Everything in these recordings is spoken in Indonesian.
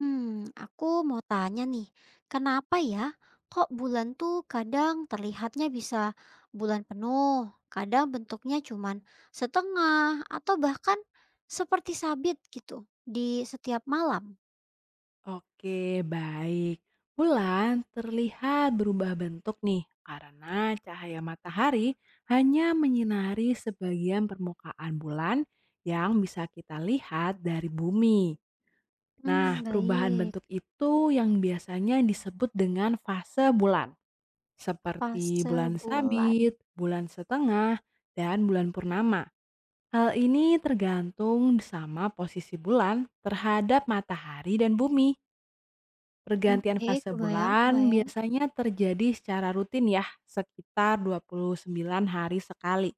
Hmm, aku mau tanya nih, kenapa ya kok bulan tuh kadang terlihatnya bisa bulan penuh, kadang bentuknya cuman setengah atau bahkan seperti sabit gitu di setiap malam? Oke, baik. Bulan terlihat berubah bentuk nih karena cahaya matahari hanya menyinari sebagian permukaan bulan yang bisa kita lihat dari bumi. Nah, Hmm, perubahan baik. bentuk itu yang biasanya disebut dengan fase bulan, Pas seperti bulan sebulan. sabit, bulan setengah, dan bulan purnama. Hal ini tergantung sama posisi bulan terhadap matahari dan bumi. Pergantian Oke, fase kebayang, bulan kebayang. biasanya terjadi secara rutin ya, sekitar 29 hari sekali.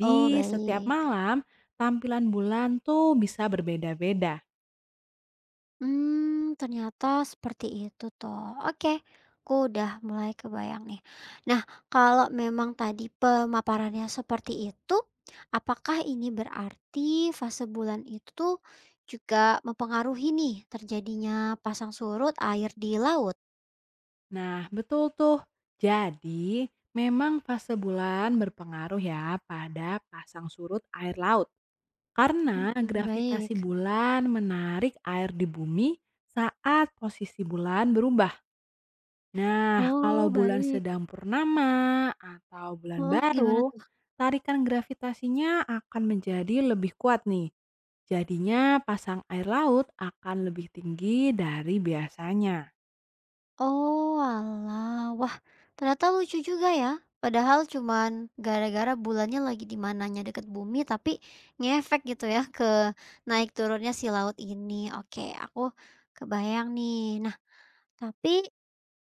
Oh, setiap baik. malam tampilan bulan tuh bisa berbeda-beda. Hmm, ternyata seperti itu toh. Oke, aku udah mulai kebayang nih. Nah, kalau memang tadi pemaparannya seperti itu, apakah ini berarti fase bulan itu tuh juga mempengaruhi nih terjadinya pasang surut air di laut? Nah betul tuh, jadi memang fase bulan berpengaruh ya pada pasang surut air laut. Karena Mhm, gravitasi baik. bulan menarik air di bumi saat posisi bulan berubah. Nah, kalau Oh, bulan sedang baik. purnama atau bulan Oh, baru, gimana. tarikan gravitasinya akan menjadi lebih kuat nih. Jadinya pasang air laut akan lebih tinggi dari biasanya. Oh, oalah. Wah, ternyata lucu juga ya. Padahal cuman gara-gara bulannya lagi di mananya deket bumi, tapi ngefek gitu ya ke naik turunnya si laut ini. Oke, aku kebayang nih. Nah, tapi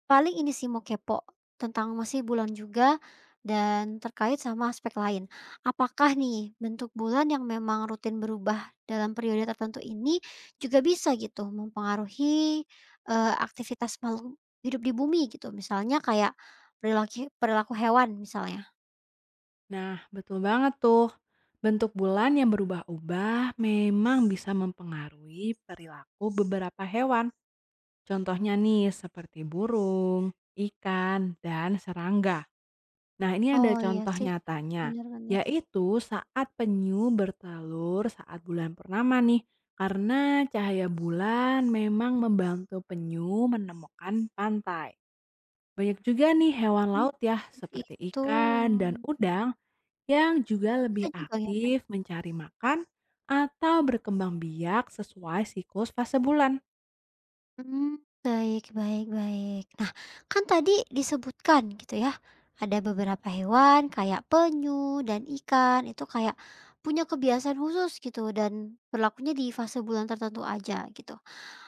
paling ini sih mau kepo, tentang masih bulan juga dan terkait sama aspek lain. Apakah nih bentuk bulan yang memang rutin berubah dalam periode tertentu ini juga bisa gitu mempengaruhi, aktivitas makhluk hidup di bumi gitu, misalnya kayak perilaku perilaku hewan misalnya? Nah, betul banget tuh. Bentuk bulan yang berubah-ubah memang bisa mempengaruhi perilaku beberapa hewan. Contohnya nih seperti burung, ikan, dan serangga. Nah, ini ada Oh iya contoh sih, nyatanya, benar-benar. yaitu saat penyu bertelur saat bulan purnama nih, karena cahaya bulan memang membantu penyu menemukan pantai. Banyak juga nih hewan Mmm, laut ya, seperti seperti itu. ikan dan udang yang juga Oh lebih bisa juga ngefek. aktif mencari makan atau berkembang biak sesuai siklus fase bulan. Hmm, baik baik baik. Nah, kan tadi disebutkan gitu ya, ada beberapa hewan kayak penyu dan ikan itu kayak punya kebiasaan khusus gitu dan berlakunya di fase bulan tertentu aja gitu.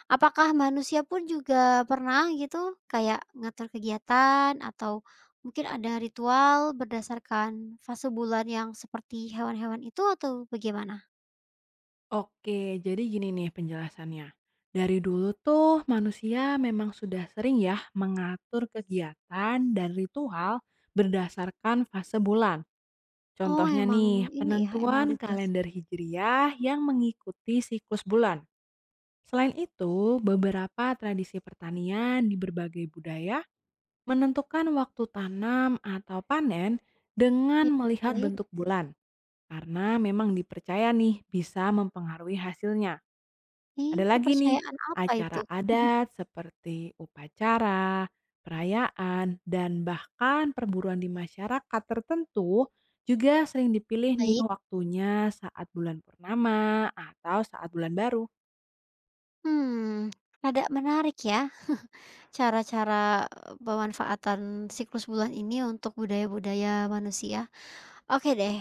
Apakah manusia pun juga pernah gitu kayak ngatur kegiatan atau mungkin ada ritual berdasarkan fase bulan yang seperti hewan-hewan itu atau bagaimana? Oke, jadi gini nih penjelasannya. Dari dulu tuh manusia memang sudah sering ya mengatur kegiatan dan ritual berdasarkan fase bulan. Oh Contohnya emang nih, ini ya, emang penentuan udah biasa. kalender Hijriah yang mengikuti siklus bulan. Selain itu, beberapa tradisi pertanian di berbagai budaya menentukan waktu tanam atau panen dengan Iya, melihat oke. bentuk bulan. Karena memang dipercaya nih bisa mempengaruhi hasilnya. Ih, Ada lagi nih, kepercayaan apa acara itu? adat seperti upacara, perayaan, dan bahkan perburuan di masyarakat tertentu juga sering dipilih nih Baik, waktunya saat bulan purnama atau saat bulan baru. mmm, rada menarik ya cara-cara, pemanfaatan siklus bulan ini untuk budaya-budaya manusia. Oke deh,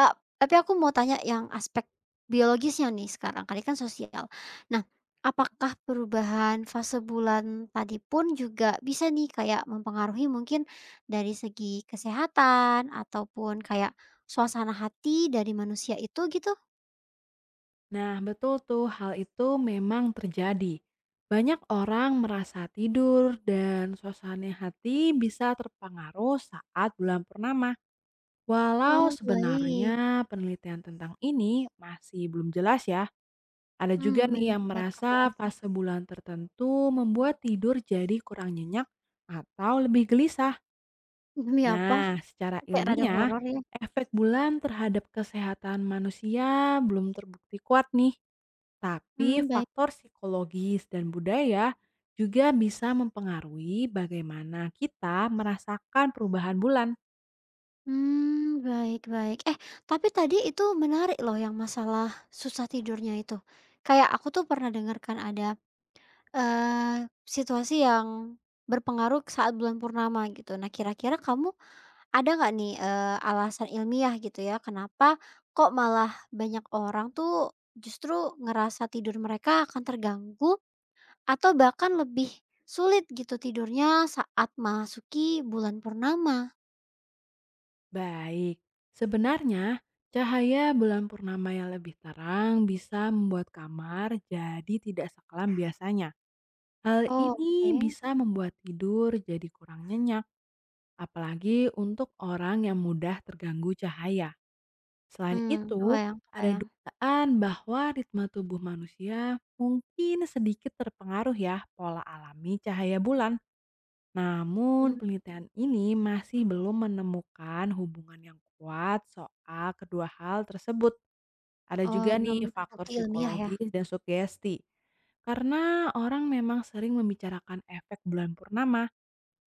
eee, tapi aku mau tanya yang aspek biologisnya nih sekarang, kali kan sosial. Nah, apakah perubahan fase bulan tadi pun juga bisa nih kayak mempengaruhi mungkin dari segi kesehatan ataupun kayak suasana hati dari manusia itu gitu? Nah, betul tuh hal itu memang terjadi. Banyak orang merasa tidur dan suasana hati bisa terpengaruh saat bulan purnama. Walau Oh, baik. sebenarnya penelitian tentang ini masih belum jelas ya. Ada Mmm, juga nih bener yang bener, kebayang merasa sih. fase bulan tertentu membuat tidur jadi kurang nyenyak atau lebih gelisah. Demi apa? Nah, secara Kayak rada ilmiah, horor ya? efek bulan terhadap kesehatan manusia belum terbukti kuat nih. Tapi Mhm, baik. faktor psikologis dan budaya juga bisa mempengaruhi bagaimana kita merasakan perubahan bulan. Mmm, baik baik. Eh, tapi tadi itu menarik loh yang masalah susah tidurnya itu. Kayak aku tuh pernah dengarkan ada, situasi yang berpengaruh saat bulan purnama gitu. Nah, kira-kira kamu ada nggak nih, alasan ilmiah gitu ya, kenapa kok malah banyak orang tuh justru ngerasa tidur mereka akan terganggu atau bahkan lebih sulit gitu tidurnya saat masuki bulan purnama. Baik, sebenarnya cahaya bulan purnama yang lebih terang bisa membuat kamar jadi tidak sekelam biasanya. Hal ini Oke, bisa membuat tidur jadi kurang nyenyak, apalagi untuk orang yang mudah terganggu cahaya. Selain mmm, itu, kebayang ada kebayang. dugaan bahwa ritme tubuh manusia mungkin sedikit terpengaruh ya pola alami cahaya bulan. Namun, Mmm, penelitian ini masih belum menemukan hubungan yang kuat soal kedua hal tersebut. Ada oh juga belum nih faktor terbukti ilmiah ya? psikologis dan sugesti. Karena orang memang sering membicarakan efek bulan purnama,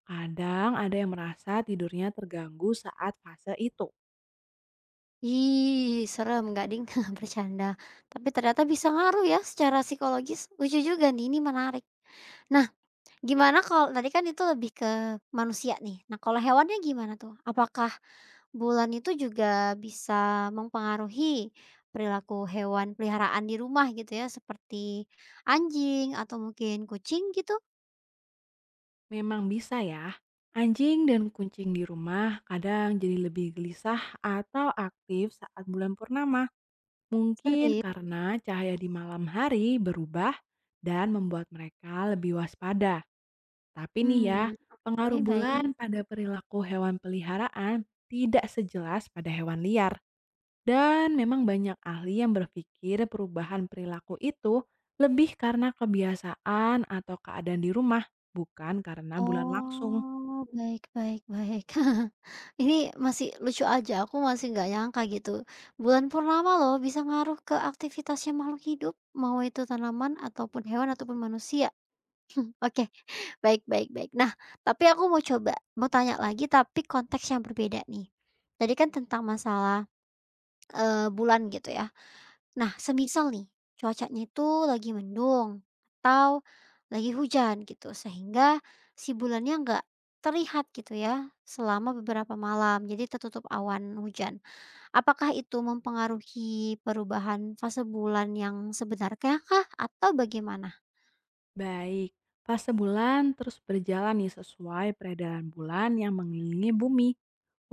kadang ada yang merasa tidurnya terganggu saat fase itu. Ih, serem nggak ding, bercanda. Tapi ternyata bisa ngaruh ya secara psikologis. Lucu juga nih, ini menarik. Nah, gimana kalau tadi kan itu lebih ke manusia nih. Nah, kalau hewannya gimana tuh? Apakah bulan itu juga bisa mempengaruhi perilaku hewan peliharaan di rumah gitu ya, seperti anjing atau mungkin kucing gitu? Memang bisa ya. Anjing dan kucing di rumah kadang jadi lebih gelisah atau aktif saat bulan purnama. Mungkin Serius? karena cahaya di malam hari berubah dan membuat mereka lebih waspada. Tapi nih ya, Hmm, pengaruh oke baik. bulan pada perilaku hewan peliharaan tidak sejelas pada hewan liar. Dan memang banyak ahli yang berpikir perubahan perilaku itu lebih karena kebiasaan atau keadaan di rumah, bukan karena bulan langsung. Oh, baik baik baik. Ini masih lucu aja, aku masih nggak nyangka gitu. Bulan purnama loh bisa ngaruh ke aktivitasnya makhluk hidup, mau itu tanaman ataupun hewan ataupun manusia. Oke, baik baik baik. Nah, tapi aku mau coba mau tanya lagi tapi konteks yang berbeda nih. Tadi kan tentang masalah, bulan gitu ya. Nah, semisal nih cuacanya itu lagi mendung atau lagi hujan gitu sehingga si bulannya nggak terlihat gitu ya selama beberapa malam, jadi tertutup awan hujan. Apakah itu mempengaruhi perubahan fase bulan yang sebenarnya kah atau bagaimana? Baik, fase bulan terus berjalan nih sesuai peredaran bulan yang mengelilingi bumi.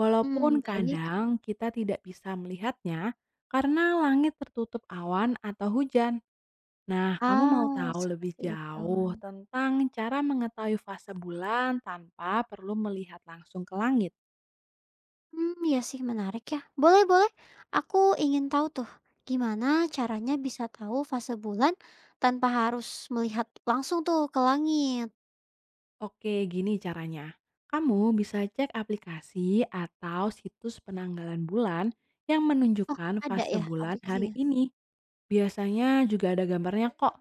Walaupun Hmm, baik. kadang kita tidak bisa melihatnya karena langit tertutup awan atau hujan. Nah, kamu mau Ah, tahu lebih seperti itu. jauh tentang cara mengetahui fase bulan tanpa perlu melihat langsung ke langit? Hmm ya sih menarik ya. Boleh boleh, aku ingin tahu tuh gimana caranya bisa tahu fase bulan tanpa harus melihat langsung tuh ke langit? Oke, gini caranya. Kamu bisa cek aplikasi atau situs penanggalan bulan yang Oh, menunjukkan ada fase ya bulan hari aplikasinya? ini. Biasanya juga ada gambarnya kok.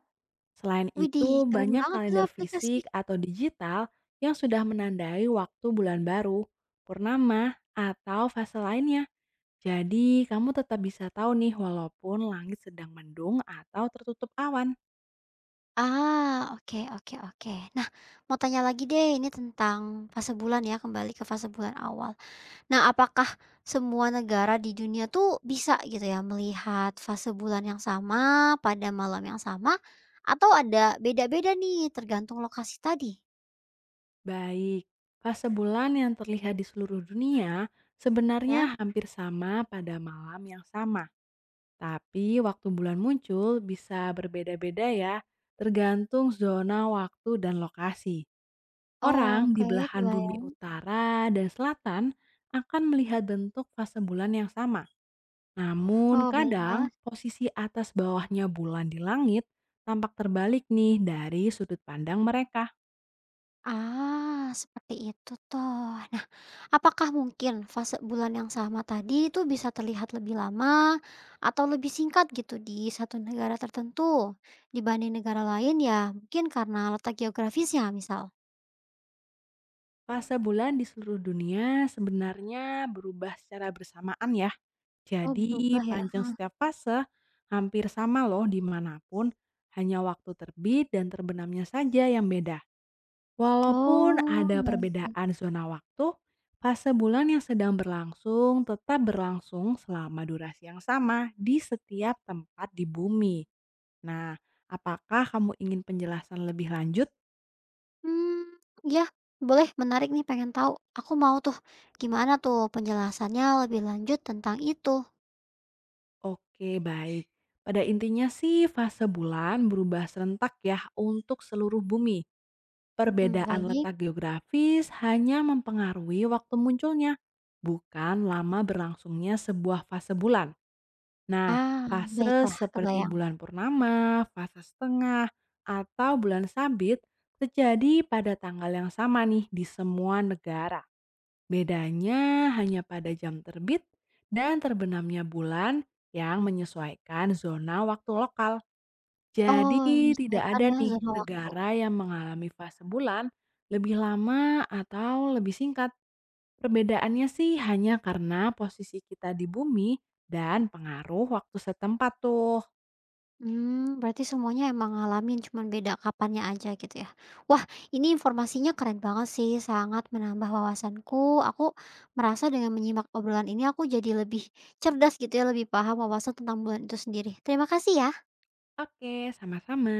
Selain Widih itu, keren banyak banget itu kalender aplikasi. fisik atau digital yang sudah menandai waktu bulan baru, purnama, atau fase lainnya. Jadi, kamu tetap bisa tahu nih walaupun langit sedang mendung atau tertutup awan. Ah, oke oke oke. Nah, mau tanya lagi deh ini tentang fase bulan ya, kembali ke fase bulan awal. Nah, apakah semua negara di dunia tuh bisa gitu ya melihat fase bulan yang sama pada malam yang sama atau ada beda-beda nih tergantung lokasi tadi, Baik, fase bulan yang terlihat di seluruh dunia ya? sebenarnya hampir sama pada malam yang sama. Tapi waktu bulan muncul bisa berbeda-beda ya, tergantung zona waktu dan lokasi. Orang di Oke, belahan bumi kebayang. utara dan selatan akan melihat bentuk fase bulan yang sama. Namun Oh, kadang baiklah. posisi atas bawahnya bulan di langit tampak terbalik nih dari sudut pandang mereka. Ah, seperti itu toh. Nah, apakah mungkin fase bulan yang sama tadi itu bisa terlihat lebih lama atau lebih singkat gitu di satu negara tertentu dibanding negara lain ya? Mungkin karena letak geografisnya misal. Fase bulan di seluruh dunia sebenarnya berubah secara bersamaan ya. Oh, berubah Jadi ya. panjang setiap fase hampir sama loh dimanapun, hanya waktu terbit dan terbenamnya saja yang beda. Walaupun Oh, ada baik baik. perbedaan zona waktu, fase bulan yang sedang berlangsung tetap berlangsung selama durasi yang sama di setiap tempat di bumi. Nah, apakah kamu ingin penjelasan lebih lanjut? Mmm, iya, boleh, menarik nih, pengen tahu. Aku mau tuh, gimana tuh penjelasannya lebih lanjut tentang itu? Oke, baik. Pada intinya sih fase bulan berubah serentak ya untuk seluruh bumi. Hmm, Perbedaan baik. letak geografis hanya mempengaruhi waktu munculnya, bukan lama berlangsungnya sebuah fase bulan. Nah, Ah, fase baiklah, seperti kebayang. bulan purnama, fase setengah, atau bulan sabit terjadi pada tanggal yang sama nih di semua negara. Bedanya hanya pada jam terbit dan terbenamnya bulan yang menyesuaikan zona waktu lokal. Oh, Jadi tidak menyesuaikan ada ya nih zona waktu. negara yang mengalami fase bulan lebih lama atau lebih singkat. Perbedaannya sih hanya karena posisi kita di bumi dan pengaruh waktu setempat tuh. Hmm, berarti semuanya emang ngalamin, cuman beda kapannya aja gitu ya. Wah, ini informasinya keren banget sih, sangat menambah wawasanku. Aku merasa dengan menyimak obrolan ini aku jadi lebih cerdas gitu ya, lebih paham wawasan tentang bulan itu sendiri. Terima kasih ya. Oke, sama-sama.